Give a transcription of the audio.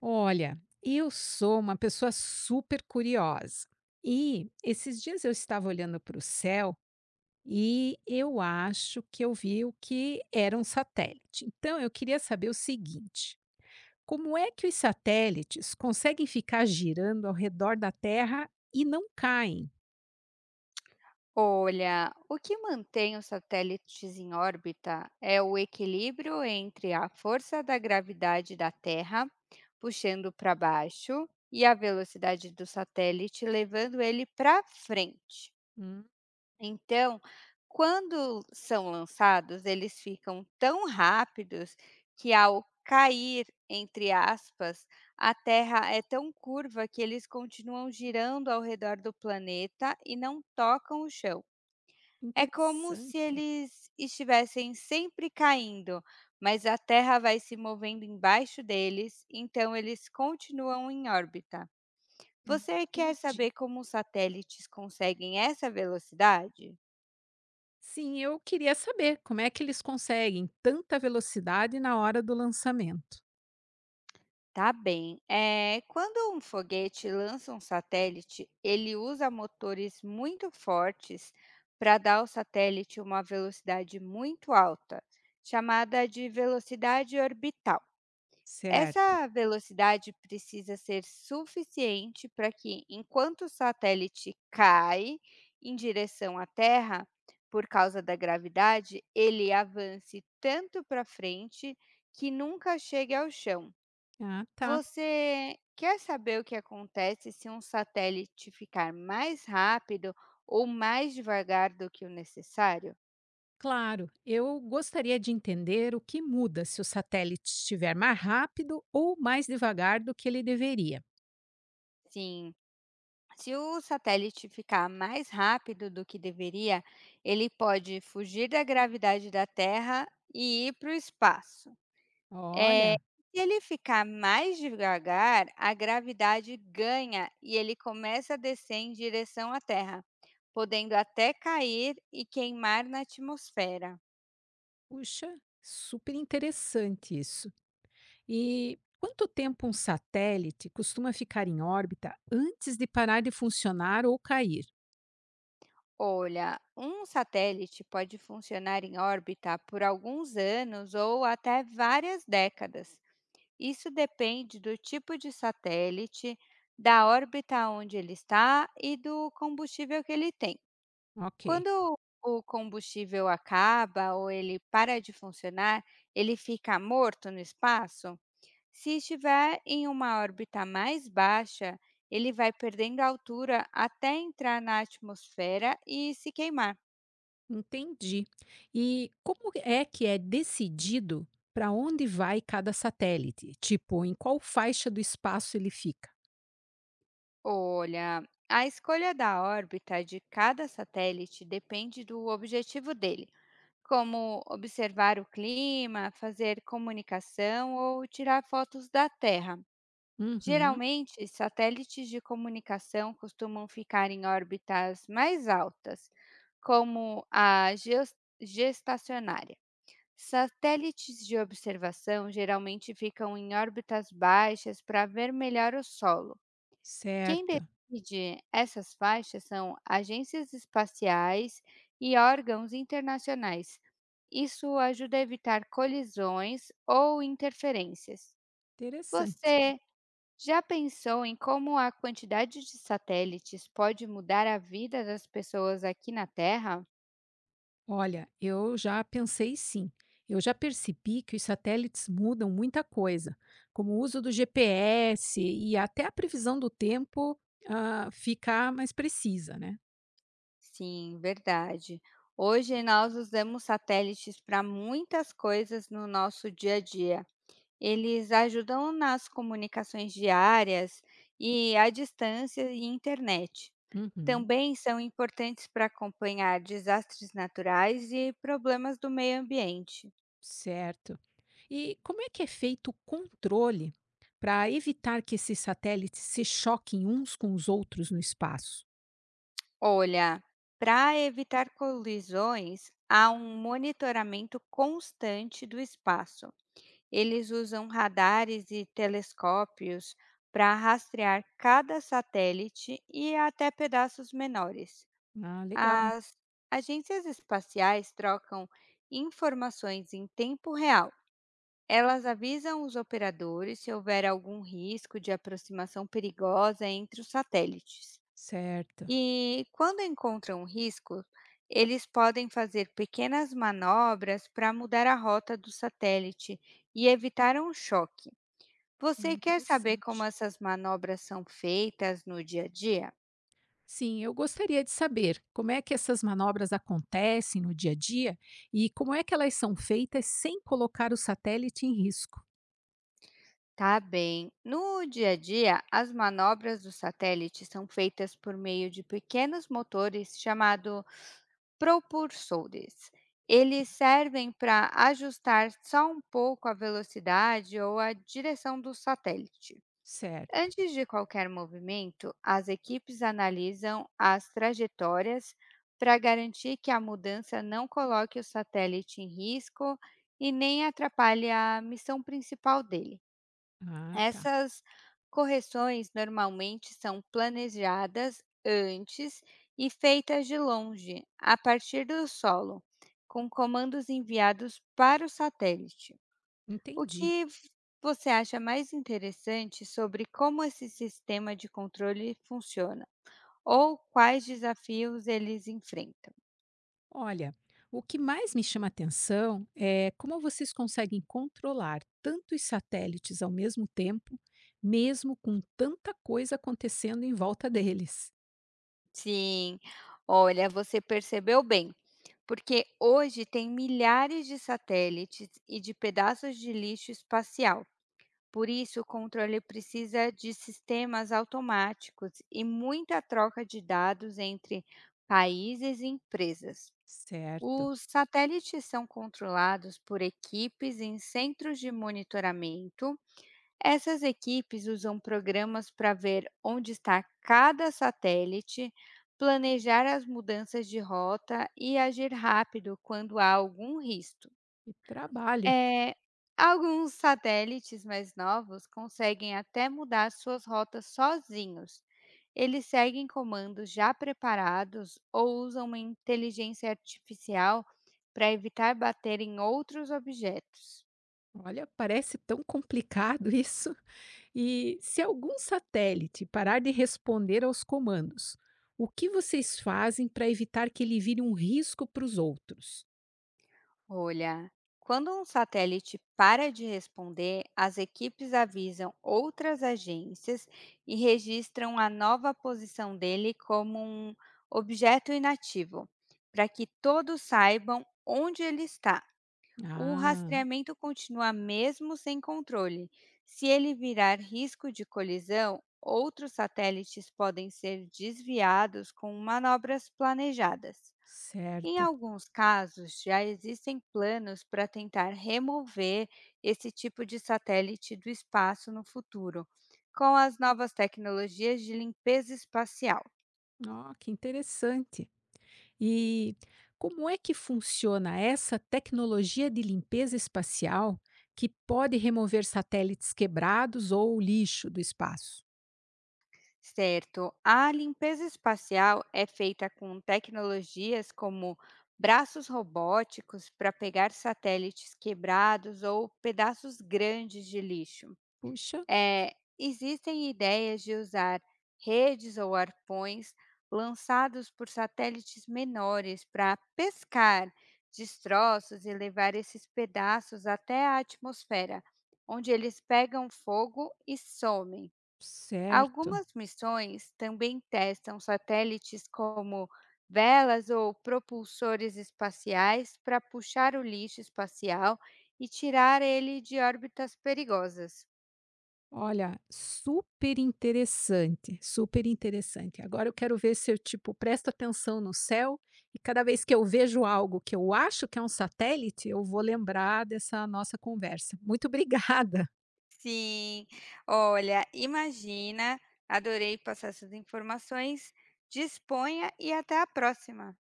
Olha, eu sou uma pessoa super curiosa. E esses dias eu estava olhando para o céu e eu acho que eu vi o que era um satélite. Então eu queria saber o seguinte: como é que os satélites conseguem ficar girando ao redor da Terra e não caem? Olha, o que mantém os satélites em órbita é o equilíbrio entre a força da gravidade da Terra, puxando para baixo, e a velocidade do satélite, levando ele para frente. Hum, Então, quando são lançados, eles ficam tão rápidos que, ao cair, entre aspas, a Terra é tão curva que eles continuam girando ao redor do planeta e não tocam o chão. É como se interessante. eles estivessem sempre caindo, mas a Terra vai se movendo embaixo deles, então eles continuam em órbita. Hum, Você quer Entendi. saber como os satélites conseguem essa velocidade? Sim, eu queria saber como é que eles conseguem tanta velocidade na hora do lançamento. Tá bem. Quando um foguete lança um satélite, ele usa motores muito fortes para dar ao satélite uma velocidade muito alta, chamada de velocidade orbital. Certo. Essa velocidade precisa ser suficiente para que, enquanto o satélite cai em direção à Terra, por causa da gravidade, ele avance tanto para frente que nunca chegue ao chão. Ah, tá. Você quer saber o que acontece se um satélite ficar mais rápido ou mais devagar do que o necessário? Claro, eu gostaria de entender o que muda se o satélite estiver mais rápido ou mais devagar do que ele deveria. Sim. Se o satélite ficar mais rápido do que deveria, ele pode fugir da gravidade da Terra e ir para o espaço. É, Olha, Se ele ficar mais devagar, a gravidade ganha e ele começa a descer em direção à Terra, podendo até cair e queimar na atmosfera. puxa, super interessante isso. E quanto tempo um satélite costuma ficar em órbita antes de parar de funcionar ou cair? Olha, um satélite pode funcionar em órbita por alguns anos ou até várias décadas. Isso depende do tipo de satélite, da órbita onde ele está e do combustível que ele tem. Ok, Quando o combustível acaba ou ele para de funcionar, ele fica morto no espaço. Se estiver em uma órbita mais baixa, ele vai perdendo altura até entrar na atmosfera e se queimar. entendi. E como é que é decidido para onde vai cada satélite? Tipo, em qual faixa do espaço ele fica? Olha, a escolha da órbita de cada satélite depende do objetivo dele, como observar o clima, fazer comunicação ou tirar fotos da Terra. Uhum, Geralmente, satélites de comunicação costumam ficar em órbitas mais altas, como a gestacionária. Satélites de observação geralmente ficam em órbitas baixas para ver melhor o solo. Quem certo. decide essas faixas são agências espaciais e órgãos internacionais. Isso ajuda a evitar colisões ou interferências. Interessante. Você já pensou em como a quantidade de satélites pode mudar a vida das pessoas aqui na Terra? Olha, eu já pensei sim. Eu já percebi que os satélites mudam muita coisa, como o uso do GPS e até a previsão do tempo ficar mais precisa, né? Sim, verdade. Hoje nós usamos satélites para muitas coisas no nosso dia a dia. Eles ajudam nas comunicações diárias e à distância e internet. Uhum, Também são importantes para acompanhar desastres naturais e problemas do meio ambiente. certo. E como é que é feito o controle para evitar que esses satélites se choquem uns com os outros no espaço? Olha, para evitar colisões, há um monitoramento constante do espaço. Eles usam radares e telescópios para rastrear cada satélite e até pedaços menores. Ah, legal. As agências espaciais trocam informações em tempo real. Elas avisam os operadores se houver algum risco de aproximação perigosa entre os satélites. Certo. E quando encontram risco, eles podem fazer pequenas manobras para mudar a rota do satélite e evitar um choque. Ah, Você quer saber como interessante. essas manobras são feitas no dia a dia? Sim, eu gostaria de saber como é que essas manobras acontecem no dia a dia e como é que elas são feitas sem colocar o satélite em risco. Tá bem. No dia a dia, as manobras do satélite são feitas por meio de pequenos motores chamados propulsores. Eles servem para ajustar só um pouco a velocidade ou a direção do satélite. Certo. Antes de qualquer movimento, as equipes analisam as trajetórias para garantir que a mudança não coloque o satélite em risco e nem atrapalhe a missão principal dele. Ah, tá. Essas correções normalmente são planejadas antes e feitas de longe, a partir do solo, com comandos enviados para o satélite. O Entendi. que você acha mais interessante sobre como esse sistema de controle funciona? Ou quais desafios eles enfrentam? Olha, o que mais me chama atenção é como vocês conseguem controlar tantos satélites ao mesmo tempo, mesmo com tanta coisa acontecendo em volta deles. Sim, olha, você percebeu bem. Porque hoje tem milhares de satélites e de pedaços de lixo espacial. Por isso, o controle precisa de sistemas automáticos e muita troca de dados entre países e empresas. Certo. Os satélites são controlados por equipes em centros de monitoramento. Essas equipes usam programas para ver onde está cada satélite, planejar as mudanças de rota e agir rápido quando há algum risco. Que trabalho. É, Alguns satélites mais novos conseguem até mudar suas rotas sozinhos. Eles seguem comandos já preparados ou usam uma inteligência artificial para evitar bater em outros objetos. Olha, parece tão complicado isso. E se algum satélite parar de responder aos comandos, o que vocês fazem para evitar que ele vire um risco para os outros? Olha, quando um satélite para de responder, as equipes avisam outras agências e registram a nova posição dele como um objeto inativo, para que todos saibam onde ele está. O Ah, rastreamento continua mesmo sem controle. Se ele virar risco de colisão, outros satélites podem ser desviados com manobras planejadas. Em certo. alguns casos, já existem planos para tentar remover esse tipo de satélite do espaço no futuro, com as novas tecnologias de limpeza espacial. Ó, que interessante. E como é que funciona essa tecnologia de limpeza espacial que pode remover satélites quebrados ou lixo do espaço? Certo, a limpeza espacial é feita com tecnologias como braços robóticos para pegar satélites quebrados ou pedaços grandes de lixo. Puxa, Existem ideias de usar redes ou arpões lançados por satélites menores para pescar destroços e levar esses pedaços até a atmosfera, onde eles pegam fogo e somem. certo. Algumas missões também testam satélites como velas ou propulsores espaciais para puxar o lixo espacial e tirar ele de órbitas perigosas. Olha, super interessante, super interessante. Agora eu quero ver se eu, tipo, presto atenção no céu e cada vez que eu vejo algo que eu acho que é um satélite, eu vou lembrar dessa nossa conversa. Muito obrigada. Sim. Olha, imagina. Adorei passar essas informações. Disponha e até a próxima.